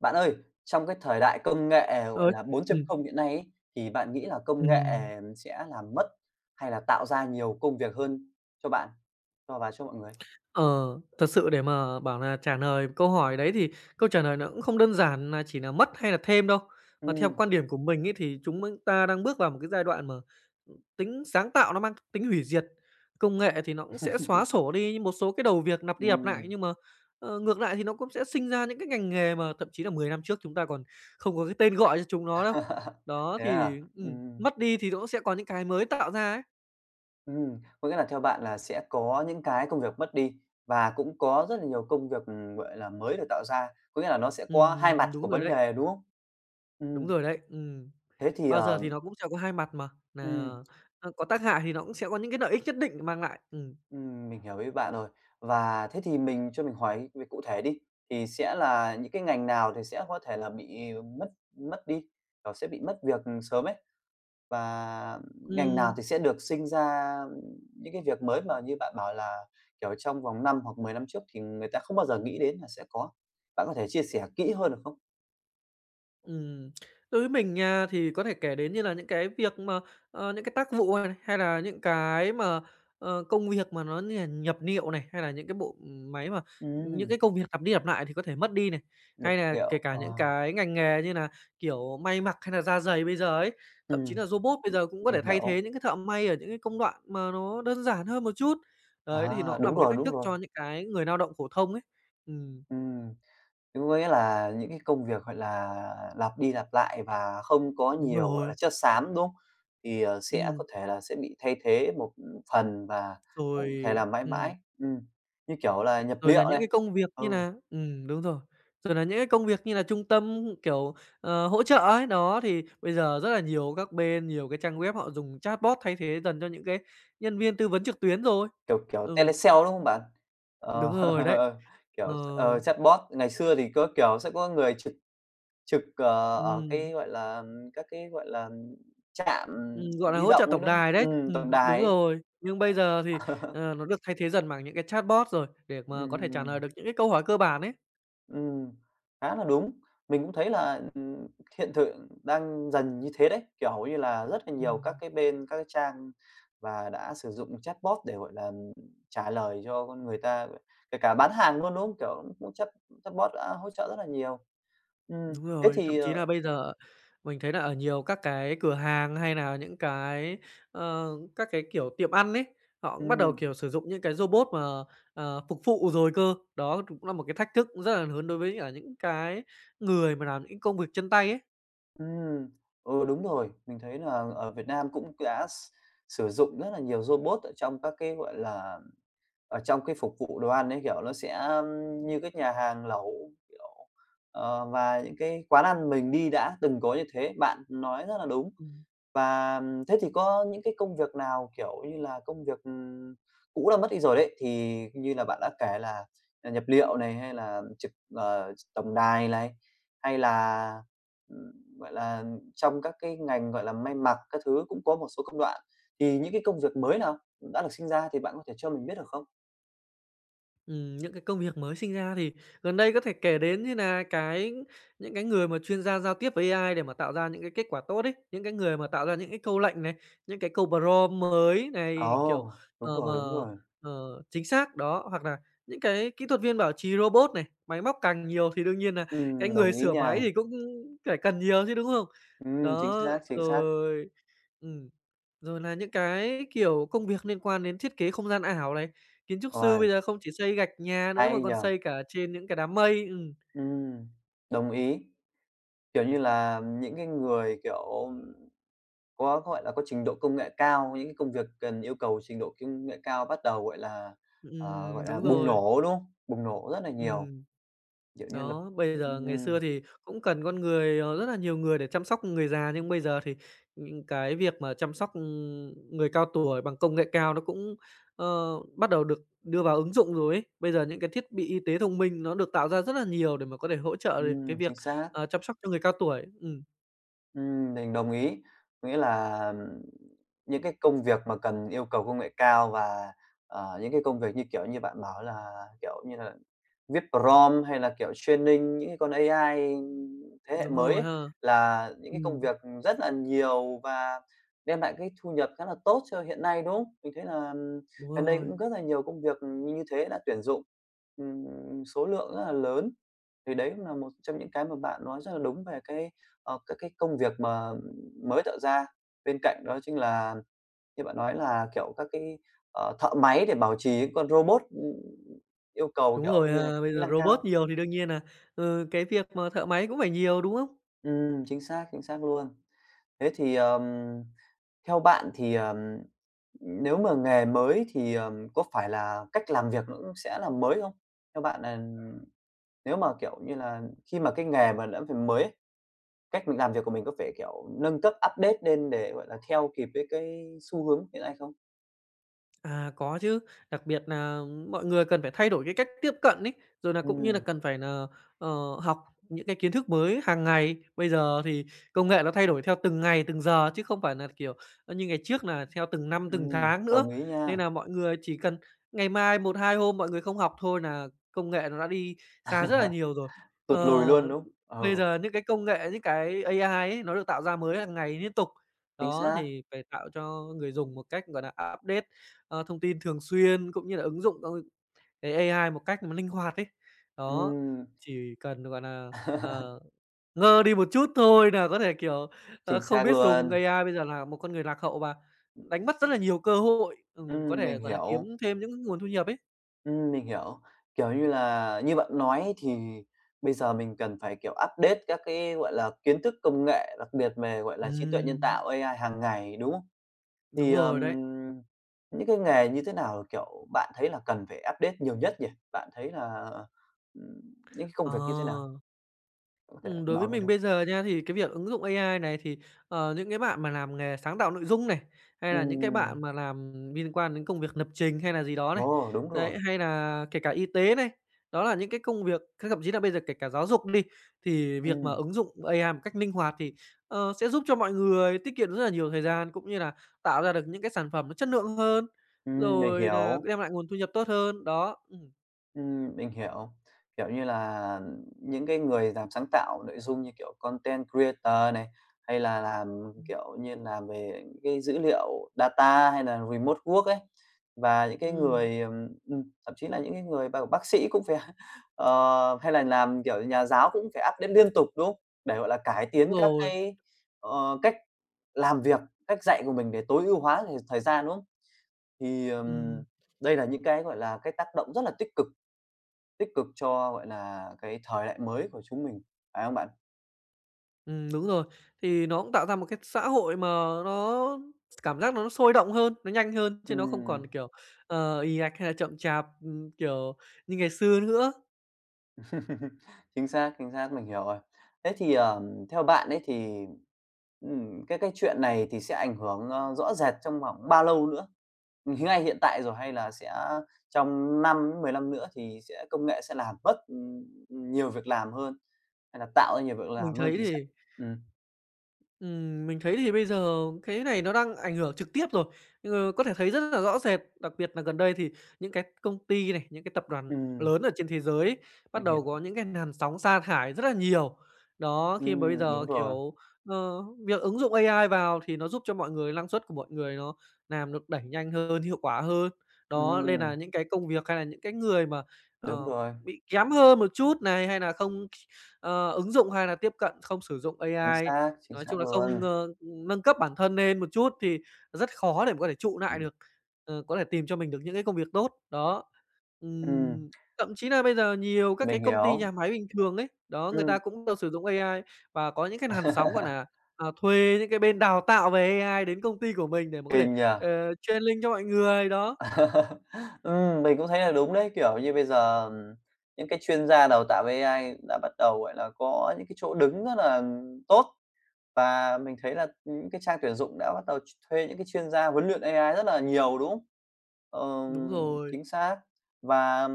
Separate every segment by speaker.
Speaker 1: Bạn ơi, trong cái thời đại công nghệ, gọi
Speaker 2: Rồi.
Speaker 1: là, bốn chấm
Speaker 2: ừm,
Speaker 1: không hiện nay ấy, thì bạn nghĩ là công nghệ
Speaker 2: ừm.
Speaker 1: sẽ làm mất hay là tạo ra nhiều công việc hơn cho bạn, và cho mọi người?
Speaker 2: Ờ, Thật sự để mà bảo là trả lời câu hỏi đấy thì câu trả lời nó cũng không đơn giản là chỉ là mất hay là thêm đâu. Mà theo
Speaker 1: Ừm,
Speaker 2: quan điểm của mình ấy thì chúng ta đang bước vào một cái giai đoạn mà, tính sáng tạo nó mang tính hủy diệt. Công nghệ thì nó cũng sẽ xóa sổ đi một số cái đầu việc lặp đi lặp lại,
Speaker 1: ừm.
Speaker 2: nhưng mà, ngược lại thì nó cũng sẽ sinh ra những cái ngành nghề mà thậm chí là 10 năm trước chúng ta còn không có cái tên gọi cho chúng nó đâu. Đó,
Speaker 1: Thế à?
Speaker 2: thì,
Speaker 1: Ừm,
Speaker 2: mất đi thì nó cũng sẽ có những cái mới tạo ra ấy.
Speaker 1: ừm, có nghĩa là theo bạn là sẽ có những cái công việc mất đi và cũng có rất là nhiều công việc, gọi là, mới được tạo ra, có nghĩa là nó sẽ có hai mặt
Speaker 2: Đúng
Speaker 1: của
Speaker 2: rồi
Speaker 1: vấn
Speaker 2: đấy.
Speaker 1: đề, đúng không?
Speaker 2: Đúng
Speaker 1: Ừm,
Speaker 2: rồi đấy.
Speaker 1: thế thì,
Speaker 2: Bao giờ thì
Speaker 1: ờ
Speaker 2: nó cũng sẽ có 2 mặt mà, có tác hại thì nó cũng sẽ có những cái lợi ích nhất định mang lại. Ừm.
Speaker 1: Mình hiểu ý bạn rồi. Và thế thì mình cho mình hỏi về cụ thể đi, thì sẽ là những cái ngành nào thì sẽ có thể là bị mất mất đi, kiểu, sẽ bị mất việc sớm ấy? Và ngành nào
Speaker 2: Ừm.
Speaker 1: thì sẽ được sinh ra những cái việc mới mà như bạn bảo là, kiểu, trong vòng 5 hoặc 10 năm trước thì người ta không bao giờ nghĩ đến là sẽ có? Bạn có thể chia sẻ kỹ hơn được không?
Speaker 2: Ừm, Đối với mình nha, thì có thể kể đến như là những cái việc mà, những cái tác vụ này, hay là những cái mà, công việc mà nó như là nhập liệu này, hay là những cái bộ máy mà những
Speaker 1: Ừm,
Speaker 2: cái công việc lặp đi lặp lại thì có thể mất đi này,
Speaker 1: nhập
Speaker 2: hay là kể
Speaker 1: liệu,
Speaker 2: cả những cái ngành nghề như là, kiểu, may mặc hay là da giày bây giờ ấy, thậm chí
Speaker 1: ừm,
Speaker 2: là robot bây giờ cũng có
Speaker 1: mình
Speaker 2: thể thay
Speaker 1: hiểu.
Speaker 2: thế những cái thợ may ở những cái công đoạn mà nó đơn giản hơn một chút. Đấy, thì nó
Speaker 1: À,
Speaker 2: cũng là
Speaker 1: đúng
Speaker 2: một cái
Speaker 1: rồi,
Speaker 2: thách
Speaker 1: đúng
Speaker 2: thức
Speaker 1: rồi.
Speaker 2: cho những cái người lao động phổ thông ấy. Ừm,
Speaker 1: Ừm. Đúng, có nghĩa là những cái công việc, gọi là, lặp đi lặp lại và không có
Speaker 2: đúng
Speaker 1: nhiều, gọi
Speaker 2: rồi,
Speaker 1: là, chất xám, đúng không? Sẽ có
Speaker 2: ừm,
Speaker 1: thể là sẽ bị thay thế một phần và cũng có thể
Speaker 2: rồi
Speaker 1: làm mãi
Speaker 2: ừm.
Speaker 1: mãi. Như kiểu là nhập
Speaker 2: Rồi
Speaker 1: liệu
Speaker 2: là những
Speaker 1: này,
Speaker 2: cái công việc
Speaker 1: ừ,
Speaker 2: như là, đúng rồi, rồi là những cái công việc như là trung tâm, kiểu, hỗ trợ ấy, đó, thì bây giờ rất là nhiều các bên, nhiều cái trang web họ dùng chatbot thay thế dần cho những cái nhân viên tư vấn trực tuyến rồi.
Speaker 1: kiểu,
Speaker 2: Ừm,
Speaker 1: telesale, đúng không bạn?
Speaker 2: đúng
Speaker 1: Ờ,
Speaker 2: rồi đấy. Ờ,
Speaker 1: chatbot. Ngày xưa thì có, kiểu, sẽ có người trực trực, ờ, ở
Speaker 2: ừm,
Speaker 1: cái, gọi là, các cái, gọi là, trạm
Speaker 2: gọi là,
Speaker 1: di
Speaker 2: hỗ
Speaker 1: động
Speaker 2: trợ
Speaker 1: ấy,
Speaker 2: tổng
Speaker 1: đúng không?
Speaker 2: đài đấy.
Speaker 1: Tổng đài
Speaker 2: Đúng
Speaker 1: ấy.
Speaker 2: rồi. Nhưng bây giờ thì, nó được thay thế dần bằng những cái chatbot rồi, để mà có thể trả lời
Speaker 1: Ừm.
Speaker 2: được những cái câu hỏi cơ bản ấy.
Speaker 1: Ừm, khá là đúng. Mình cũng thấy là, hiện tượng đang dần như thế đấy, kiểu như là, rất là nhiều các
Speaker 2: Ừm.
Speaker 1: cái bên, các cái trang và đã sử dụng chatbot để, gọi là, trả lời cho con người ta, kể cả bán hàng luôn, đúng không? Kiểu, cũng chatbot đã hỗ trợ rất là nhiều.
Speaker 2: Đúng
Speaker 1: Thế
Speaker 2: rồi,
Speaker 1: thì,
Speaker 2: thậm chí
Speaker 1: ờ
Speaker 2: là bây giờ mình thấy là ở nhiều các cái cửa hàng hay là những cái, ờ, các cái, kiểu, tiệm ăn ấy, họ cũng bắt đầu,
Speaker 1: ừm,
Speaker 2: kiểu, sử dụng những cái robot mà, phục vụ rồi cơ. Đó cũng là một cái thách thức rất là lớn đối với cả những cái người mà làm những công việc chân tay ấy.
Speaker 1: ừm, ừ, đúng rồi, mình thấy là ở Việt Nam cũng đã sử dụng rất là nhiều robot ở trong các cái, gọi là ở trong cái phục vụ đồ ăn ấy, kiểu, nó sẽ như các nhà hàng lẩu, kiểu, và những cái quán ăn mình đi đã từng có như thế, bạn nói rất là đúng.
Speaker 2: Ừm.
Speaker 1: Và thế thì có những cái công việc nào, kiểu như là, công việc, cũ đã mất đi rồi đấy, thì như là bạn đã kể là, à, nhập liệu này, hay là trực tổng đài này, hay là, ừm, gọi là, trong các cái ngành, gọi là, may mặc các thứ cũng có một số công đoạn, thì những cái công việc mới nào đã được sinh ra thì bạn có thể cho mình biết được không?
Speaker 2: Những cái công việc mới sinh ra thì gần đây có thể kể đến như là những cái người mà chuyên gia giao tiếp với AI để mà tạo ra những cái kết quả tốt ấy, những cái người mà tạo ra những cái câu lệnh này, những cái câu prompt mới này, kiểu,
Speaker 1: Ồ, đúng
Speaker 2: ờ, mà,
Speaker 1: rồi, đúng rồi.
Speaker 2: ờ, chính xác, đó. Hoặc là những cái kỹ thuật viên bảo trì robot này, máy móc càng nhiều thì đương nhiên là cái người
Speaker 1: Đồng ý
Speaker 2: sửa
Speaker 1: nha.
Speaker 2: máy thì cũng phải cần nhiều chứ, đúng không?
Speaker 1: Chính
Speaker 2: Đó,
Speaker 1: xác, chính xác.
Speaker 2: rồi ừm. Rồi là những cái, kiểu, công việc liên quan đến thiết kế không gian ảo này, kiến trúc sư
Speaker 1: Uầy,
Speaker 2: bây giờ không chỉ xây gạch nhà nữa mà
Speaker 1: hay nhỉ?
Speaker 2: còn xây cả trên những cái đám mây,
Speaker 1: Ừm, đồng ý. Kiểu như là, những cái người, kiểu, có, gọi là, có trình độ công nghệ cao, những cái công việc cần yêu cầu trình độ công nghệ cao bắt đầu, gọi là, gọi là,
Speaker 2: đúng
Speaker 1: bùng
Speaker 2: rồi,
Speaker 1: nổ, đúng không? Bùng nổ rất là nhiều,
Speaker 2: ừm.
Speaker 1: kiểu như là
Speaker 2: Đó, bây giờ ngày
Speaker 1: ừm,
Speaker 2: xưa thì cũng cần con người, rất là nhiều người để chăm sóc người già, nhưng bây giờ thì những cái việc mà chăm sóc, người cao tuổi bằng công nghệ cao nó cũng, bắt đầu được đưa vào ứng dụng rồi ấy. Bây giờ những cái thiết bị y tế thông minh nó được tạo ra rất là nhiều để mà có thể hỗ trợ được cái
Speaker 1: chính
Speaker 2: việc,
Speaker 1: xác.
Speaker 2: chăm sóc cho người cao tuổi.
Speaker 1: Mình đồng ý. Có nghĩa là, những cái công việc mà cần yêu cầu công nghệ cao và, những cái công việc như, kiểu như, bạn bảo là, kiểu như là, viết prompt hay là, kiểu, training những cái con AI thế hệ
Speaker 2: Đúng
Speaker 1: mới
Speaker 2: rồi
Speaker 1: ấy,
Speaker 2: ha.
Speaker 1: là những cái công
Speaker 2: Ừm,
Speaker 1: việc rất là nhiều và đem lại cái thu nhập khá là tốt cho hiện nay, đúng không? Mình thấy là
Speaker 2: đúng
Speaker 1: gần đây
Speaker 2: rồi.
Speaker 1: cũng rất là nhiều công việc như như thế đã tuyển dụng, ừm, số lượng rất là lớn. Thì đấy cũng là một trong những cái mà bạn nói rất là đúng về cái các cái công việc mà mới tạo ra. Bên cạnh đó chính là như bạn nói là, kiểu, các cái, thợ máy để bảo trì những con robot, yêu cầu,
Speaker 2: Đúng
Speaker 1: kiểu
Speaker 2: rồi,
Speaker 1: như là,
Speaker 2: à, bây
Speaker 1: kỹ
Speaker 2: giờ
Speaker 1: năng
Speaker 2: robot
Speaker 1: cao.
Speaker 2: nhiều thì đương nhiên cái việc mà thợ máy cũng phải nhiều, đúng không?
Speaker 1: Chính xác luôn. Thế thì, ờm, theo bạn thì, nếu mà nghề mới thì, có phải là cách làm việc nó cũng sẽ là mới không? Theo bạn là nếu mà, kiểu như là, khi mà cái nghề mà đã phải mới, cách mình làm việc của mình có phải, kiểu, nâng cấp, update lên để, gọi là, theo kịp với cái xu hướng hiện nay không?
Speaker 2: À, có chứ, đặc biệt là mọi người cần phải thay đổi cái cách tiếp cận ấy, rồi là cũng như là
Speaker 1: Ừm,
Speaker 2: cần phải là ờ, học những cái kiến thức mới hàng ngày. Bây giờ thì công nghệ nó thay đổi theo từng ngày, từng giờ chứ không phải là kiểu, như ngày trước là theo từng năm, từng
Speaker 1: ừm,
Speaker 2: tháng nữa.
Speaker 1: đồng ý
Speaker 2: Nên
Speaker 1: nha,
Speaker 2: là mọi người chỉ cần ngày mai một 2 hôm mọi người không học thôi là công nghệ nó đã đi xa rất là nhiều rồi.
Speaker 1: tụt
Speaker 2: Ờ,
Speaker 1: lùi luôn, đúng không?
Speaker 2: bây
Speaker 1: Ừ,
Speaker 2: giờ những cái công nghệ, những cái AI ấy nó được tạo ra mới hàng ngày liên tục.
Speaker 1: chính
Speaker 2: Đó,
Speaker 1: xác.
Speaker 2: thì phải tạo cho người dùng một cách, gọi là update thông tin thường xuyên, cũng như là ứng dụng, cái AI một cách mà linh hoạt ấy. Đó,
Speaker 1: Ừm,
Speaker 2: chỉ cần, ờ, ngơ đi một chút thôi có thể,
Speaker 1: chính
Speaker 2: không
Speaker 1: xác
Speaker 2: biết dùng
Speaker 1: luôn.
Speaker 2: AI bây giờ là một con người lạc hậu và đánh mất rất là nhiều cơ hội, có
Speaker 1: Mình
Speaker 2: thể, gọi là, kiếm
Speaker 1: hiểu,
Speaker 2: thêm những nguồn thu nhập ấy.
Speaker 1: mình hiểu. Kiểu như là, như bạn nói thì bây giờ mình cần phải, kiểu, update các cái, gọi là, kiến thức công nghệ, đặc biệt về, gọi là, trí tuệ nhân
Speaker 2: Ừm,
Speaker 1: tạo AI hàng ngày, đúng không?
Speaker 2: đúng
Speaker 1: Thì, ờm,
Speaker 2: rồi đấy.
Speaker 1: những cái nghề như thế nào, kiểu, bạn thấy là cần phải update nhiều nhất nhỉ? Bạn thấy là, ừm, những cái công
Speaker 2: Ờ.
Speaker 1: việc như thế nào? Bạn có thể
Speaker 2: Đối với
Speaker 1: bảo mình
Speaker 2: mình
Speaker 1: không?
Speaker 2: bây giờ nha, thì cái việc ứng dụng AI này thì, những cái bạn mà làm nghề sáng tạo nội dung này, hay là những cái
Speaker 1: Ừm,
Speaker 2: bạn mà làm liên quan đến công việc lập trình hay là gì đó này,
Speaker 1: ồ, đúng rồi.
Speaker 2: đấy, hay là kể cả y tế này, đó là những cái công việc thế thậm chí là bây giờ kể cả giáo dục đi, thì việc mà
Speaker 1: Ừm,
Speaker 2: ứng dụng AI một cách linh hoạt thì, sẽ giúp cho mọi người tiết kiệm rất là nhiều thời gian, cũng như là tạo ra được những cái sản phẩm nó chất lượng hơn,
Speaker 1: mình
Speaker 2: rồi là
Speaker 1: hiểu.
Speaker 2: đem lại nguồn thu nhập tốt hơn, đó.
Speaker 1: Mình hiểu. Kiểu như là, những cái người làm sáng tạo nội dung như kiểu content creator này, hay là làm,
Speaker 2: Ừm.
Speaker 1: kiểu như, làm về những cái dữ liệu data hay là remote work ấy, và những cái người, thậm chí là những cái người bác sĩ cũng phải hay là làm, kiểu, nhà giáo cũng phải update liên tục, đúng không? Để, gọi là, cải
Speaker 2: Đúng
Speaker 1: tiến các
Speaker 2: rồi,
Speaker 1: cái, cách làm việc, cách dạy của mình để tối ưu hóa thời thời gian, đúng không? Thì, ừm,
Speaker 2: ừm.
Speaker 1: đây là những cái, gọi là, cái tác động rất là tích cực, tích cực cho, gọi là, cái thời đại mới của chúng mình, phải không bạn?
Speaker 2: Đúng rồi. Thì nó cũng tạo ra một cái xã hội mà nó cảm giác nó sôi động hơn, nó nhanh hơn, chứ nó không còn,
Speaker 1: Ừm,
Speaker 2: kiểu, ì ạch hay là chậm chạp, kiểu, như ngày xưa nữa.
Speaker 1: chính xác, mình hiểu rồi. Theo bạn ấy thì, cái chuyện này thì sẽ ảnh hưởng, rõ rệt trong khoảng bao lâu nữa? Ngay hiện tại rồi hay là sẽ trong 5 mười năm nữa thì sẽ công nghệ sẽ làm mất, nhiều việc làm hơn, hay là tạo ra nhiều việc
Speaker 2: Mình
Speaker 1: làm hơn
Speaker 2: thấy
Speaker 1: thì sẽ
Speaker 2: thì
Speaker 1: ừm,
Speaker 2: Mình thấy thì bây giờ cái này nó đang ảnh hưởng trực tiếp rồi, có thể thấy rất là rõ rệt, đặc biệt là gần đây thì những cái công ty này, những cái tập đoàn
Speaker 1: ừm,
Speaker 2: lớn ở trên thế giới ấy, bắt
Speaker 1: mình
Speaker 2: đầu
Speaker 1: hiểu.
Speaker 2: có những cái làn sóng sa thải rất là nhiều. Đó, khi mà bây
Speaker 1: Đúng
Speaker 2: giờ,
Speaker 1: rồi.
Speaker 2: kiểu, việc ứng dụng AI vào thì nó giúp cho mọi người năng suất của mọi người nó làm được đẩy nhanh hơn, hiệu quả hơn. Đó, nên là
Speaker 1: Ừm,
Speaker 2: những cái công việc hay là những cái người mà,
Speaker 1: đúng
Speaker 2: ờ,
Speaker 1: rồi,
Speaker 2: bị kém hơn một chút này, hay là không Ờ, ứng dụng hay là tiếp cận không sử dụng AI,
Speaker 1: chính
Speaker 2: nói chung
Speaker 1: xác
Speaker 2: là không,
Speaker 1: luôn.
Speaker 2: nâng cấp bản thân lên một chút thì rất khó để mà có thể trụ lại được, có thể tìm cho mình được những cái công việc tốt, đó.
Speaker 1: Ừm,
Speaker 2: Ừm, thậm chí là bây giờ nhiều các
Speaker 1: mình
Speaker 2: cái công ty,
Speaker 1: hiểu.
Speaker 2: nhà máy bình thường ấy, đó, người
Speaker 1: Ừm.
Speaker 2: ta cũng đều sử dụng AI và có những cái làn sóng, thuê những cái bên đào tạo về AI đến công ty của mình để mà có thể,
Speaker 1: Kinh nhỉ?
Speaker 2: training cho mọi người, đó.
Speaker 1: Mình cũng thấy là đúng đấy, kiểu như, bây giờ, những cái chuyên gia đào tạo AI đã bắt đầu, gọi là, có những cái chỗ đứng rất là tốt. Và mình thấy là những cái trang tuyển dụng đã bắt đầu thuê những cái chuyên gia huấn luyện AI rất là nhiều, đúng không?
Speaker 2: Đúng
Speaker 1: Ờm,
Speaker 2: rồi,
Speaker 1: chính xác. Và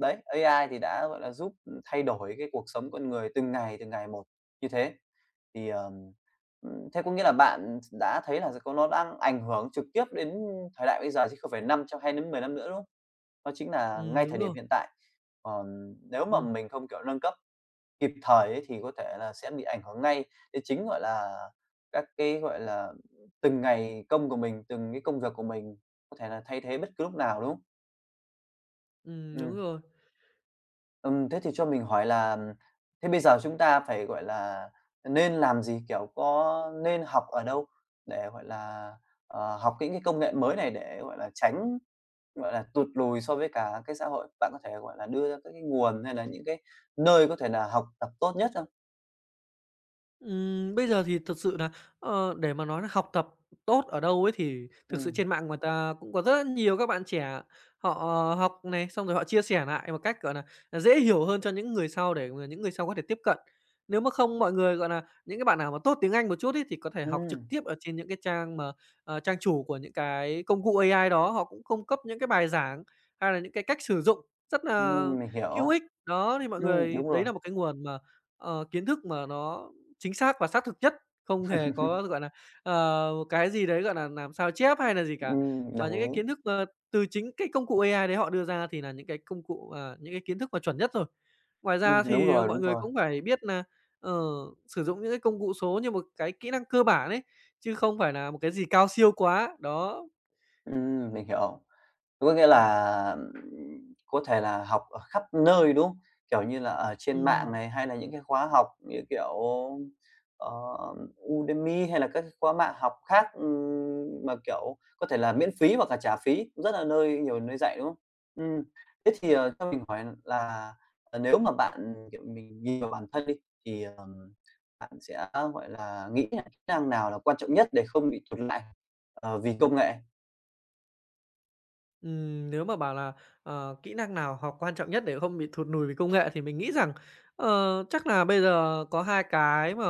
Speaker 1: đấy, AI thì đã, gọi là, giúp, thay đổi cái cuộc sống con người từng ngày một như thế. Thì, ờm, thế có nghĩa là bạn đã thấy là có nó đang ảnh hưởng trực tiếp đến thời đại bây giờ chứ không phải năm trong hai đến 10 năm nữa, đúng không? Đó chính là ngay thời
Speaker 2: đúng
Speaker 1: điểm
Speaker 2: rồi,
Speaker 1: hiện tại. Còn nếu mà
Speaker 2: ừm,
Speaker 1: mình không, kiểu, nâng cấp kịp thời ấy thì có thể là sẽ bị ảnh hưởng ngay. Đấy chính, gọi là, các cái, gọi là, từng ngày công của mình, từng cái công việc của mình có thể là thay thế bất cứ lúc nào, đúng không?
Speaker 2: đúng
Speaker 1: Ừm,
Speaker 2: rồi.
Speaker 1: thế thì cho mình hỏi là thế bây giờ chúng ta phải, gọi là, nên làm gì? Kiểu, có nên học ở đâu để, gọi là, học những cái công nghệ mới này để, gọi là, tránh, gọi là, tụt lùi so với cả cái xã hội? Bạn có thể, gọi là, đưa ra các cái nguồn hay là những cái nơi có thể là học tập tốt nhất không?
Speaker 2: Bây giờ thì thật sự là để mà nói là học tập tốt ở đâu ấy thì thực sự
Speaker 1: Ừm,
Speaker 2: trên mạng người ta cũng có rất nhiều các bạn trẻ họ học này, xong rồi họ chia sẻ lại một cách, dễ hiểu hơn cho những người sau để mà những người sau có thể tiếp cận. Nếu mà không mọi người, gọi là những cái bạn nào mà tốt tiếng Anh một chút ấy thì có thể học
Speaker 1: ừm.
Speaker 2: trực tiếp ở trên những cái trang mà, trang chủ của những cái công cụ AI đó, họ cũng cung cấp những cái bài giảng hay là những cái cách sử dụng rất là
Speaker 1: Mình
Speaker 2: hữu
Speaker 1: hiểu.
Speaker 2: ích. Đó, thì mọi người
Speaker 1: Đúng rồi.
Speaker 2: đấy là một cái nguồn mà, kiến thức mà nó chính xác và xác thực nhất, không hề có, gọi là, cái gì đấy, gọi là, làm sao chép hay là gì cả. Mà
Speaker 1: Đồng
Speaker 2: những
Speaker 1: ý.
Speaker 2: cái kiến thức, từ chính cái công cụ AI đấy họ đưa ra thì là những cái công cụ, à, những cái kiến thức mà chuẩn nhất rồi. Ngoài ra
Speaker 1: Đúng
Speaker 2: thì
Speaker 1: rồi, đúng
Speaker 2: mọi người
Speaker 1: rồi.
Speaker 2: cũng phải biết là ờ, sử dụng những cái công cụ số như một cái kỹ năng cơ bản ấy, chứ không phải là một cái gì cao siêu quá. Đó,
Speaker 1: Mình hiểu. Có nghĩa
Speaker 2: ừm,
Speaker 1: là, có thể là học ở khắp nơi, đúng không? Kiểu như là, ở trên mạng
Speaker 2: ừm.
Speaker 1: này, hay là những cái khóa học như kiểu, ờ, Udemy hay là các cái khóa mạng học khác, mà, kiểu, có thể là miễn phí hoặc là trả phí, rất là nơi nhiều nơi dạy, đúng không? Ừm, cho mình hỏi là, nếu mà bạn, kiểu, mình nhìn vào bản thân đi, thì, bạn sẽ, gọi là, nghĩ là kỹ năng nào là quan trọng nhất để không bị tụt lại, vì công nghệ?
Speaker 2: Nếu mà bảo là, kỹ năng nào học quan trọng nhất để không bị thụt lùi về công nghệ thì mình nghĩ rằng, chắc là bây giờ có hai cái mà,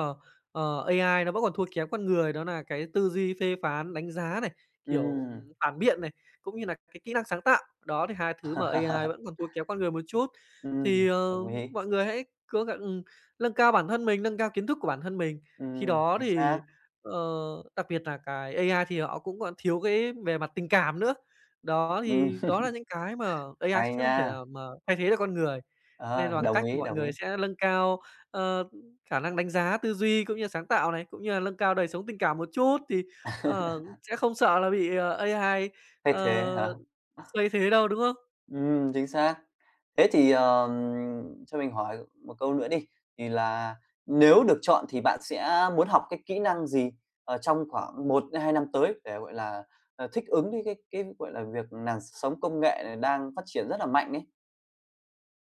Speaker 2: AI nó vẫn còn thua kém con người, đó là cái tư duy phê phán, đánh giá này, kiểu,
Speaker 1: Ừm.
Speaker 2: phản biện này, cũng như là cái kỹ năng sáng tạo. Đó, thì hai thứ mà AI vẫn còn thua kém con người một chút. Thì,
Speaker 1: Đồng ý.
Speaker 2: mọi người hãy cố gắng nâng cao bản thân mình, nâng cao kiến thức của bản thân mình. Khi đó
Speaker 1: Chính xác.
Speaker 2: thì, ờ, đặc biệt là cái AI thì họ cũng còn thiếu cái về mặt tình cảm nữa. Đó,
Speaker 1: Ừm,
Speaker 2: thì đó là những cái mà AI
Speaker 1: hay
Speaker 2: sẽ không thể
Speaker 1: nha.
Speaker 2: nào mà thay thế được con người, nên
Speaker 1: Ờ,
Speaker 2: là bằng
Speaker 1: đồng
Speaker 2: cách
Speaker 1: ý,
Speaker 2: mọi
Speaker 1: đồng ý.
Speaker 2: người sẽ nâng cao, ờ, khả năng đánh giá, tư duy cũng như sáng tạo này, cũng như là nâng cao đời sống tình cảm một chút thì, sẽ không sợ là bị, AI,
Speaker 1: Thế thế hả?
Speaker 2: ờ, thay thế đâu, đúng không?
Speaker 1: Chính xác. Thế thì, ờm, cho mình hỏi một câu nữa đi, thì là nếu được chọn thì bạn sẽ muốn học cái kỹ năng gì, trong khoảng 1 hai năm tới để, gọi là, thích ứng với cái việc làn sóng công nghệ này đang phát triển rất là mạnh ấy?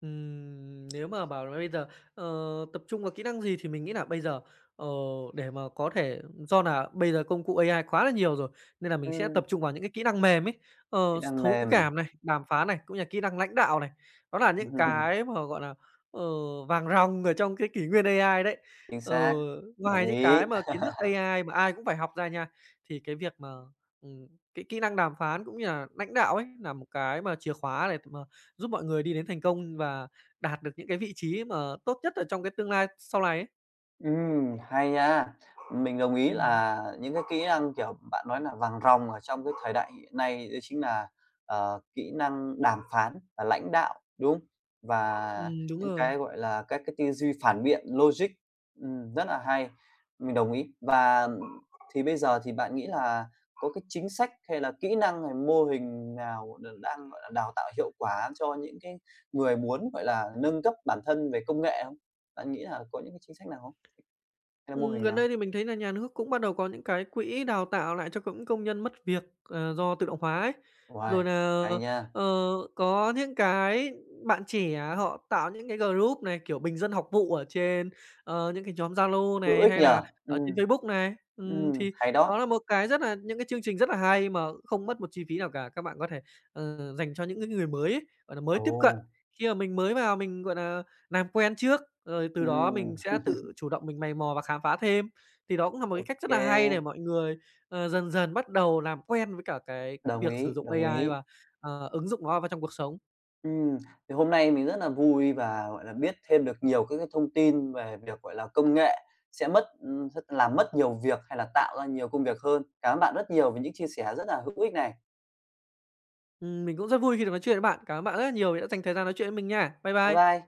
Speaker 2: Nếu mà bảo là bây giờ, ờ, tập trung vào kỹ năng gì thì mình nghĩ là bây giờ, ờ, để mà có thể do là bây giờ công cụ AI quá là nhiều rồi, nên là mình sẽ
Speaker 1: Ừm,
Speaker 2: tập trung vào những cái kỹ năng mềm ấy,
Speaker 1: kỹ năng
Speaker 2: thấu
Speaker 1: mềm.
Speaker 2: cảm này, đàm phán này, cũng như là kỹ năng lãnh đạo này. Đó là những cái mà, gọi là, ờ, vàng ròng ở trong cái kỷ nguyên AI đấy.
Speaker 1: Chính
Speaker 2: Ờ,
Speaker 1: xác,
Speaker 2: ngoài
Speaker 1: đồng
Speaker 2: những
Speaker 1: ý.
Speaker 2: cái mà kiến thức AI mà ai cũng phải học ra nha, thì cái việc mà, ừm, cái kỹ năng đàm phán cũng như là lãnh đạo ấy, là một cái mà chìa khóa này mà giúp mọi người đi đến thành công và đạt được những cái vị trí mà tốt nhất ở trong cái tương lai sau này ấy.
Speaker 1: Hay nha. Mình đồng ý
Speaker 2: Ừm,
Speaker 1: là những cái kỹ năng, kiểu, bạn nói là vàng ròng ở trong cái thời đại hiện nay đấy chính là, kỹ năng đàm phán và lãnh đạo, đúng không? Và
Speaker 2: đúng
Speaker 1: những
Speaker 2: rồi.
Speaker 1: cái, gọi là, các cái tư duy phản biện, logic, rất là hay, mình đồng ý. Và bây giờ thì bạn nghĩ là có cái chính sách hay là kỹ năng hay mô hình nào đang, gọi là, đào tạo hiệu quả cho những cái người muốn, gọi là, nâng cấp bản thân về công nghệ không? Bạn nghĩ là có những cái chính sách nào không? Hay là mô hình
Speaker 2: Gần
Speaker 1: nào?
Speaker 2: đây thì mình thấy là nhà nước cũng bắt đầu có những cái quỹ đào tạo lại cho những công nhân mất việc, do tự động hóa ấy.
Speaker 1: Uầy,
Speaker 2: Rồi là
Speaker 1: hay nha,
Speaker 2: ờ, có những cái bạn trẻ họ tạo những cái group này, kiểu, bình dân học vụ ở trên, những cái nhóm Zalo
Speaker 1: hữu
Speaker 2: này,
Speaker 1: ích
Speaker 2: hay
Speaker 1: nhỉ?
Speaker 2: là ở trên
Speaker 1: Ừm,
Speaker 2: Facebook này. Thì
Speaker 1: hay
Speaker 2: đó
Speaker 1: đó.
Speaker 2: là một cái rất là những cái chương trình rất là hay mà không mất một chi phí nào cả. Các bạn có thể, dành cho những cái người mới ấy, gọi là, mới tiếp cận.
Speaker 1: Ồ,
Speaker 2: Khi mà mình mới vào mình, gọi là làm quen trước rồi từ đó mình
Speaker 1: ừm,
Speaker 2: sẽ tự chủ động mình mày mò và khám phá thêm. Thì đó cũng là một
Speaker 1: ô
Speaker 2: cái cách rất
Speaker 1: kê,
Speaker 2: là hay để mọi người, dần dần bắt đầu làm quen với cả cái
Speaker 1: đồng
Speaker 2: việc
Speaker 1: ý,
Speaker 2: sử dụng
Speaker 1: đồng
Speaker 2: AI
Speaker 1: ý.
Speaker 2: và, ứng dụng nó vào trong cuộc sống.
Speaker 1: Ừm, thì hôm nay mình rất là vui và, gọi là, biết thêm được nhiều các cái thông tin về việc, gọi là, công nghệ sẽ mất rất làm mất nhiều việc hay là tạo ra nhiều công việc hơn. Cảm ơn bạn rất nhiều về những chia sẻ rất là hữu ích này.
Speaker 2: Mình cũng rất vui khi được nói chuyện với bạn. Cảm ơn bạn rất là nhiều vì đã dành thời gian nói chuyện với mình nha. Bye
Speaker 1: Bye
Speaker 2: bye.
Speaker 1: bye.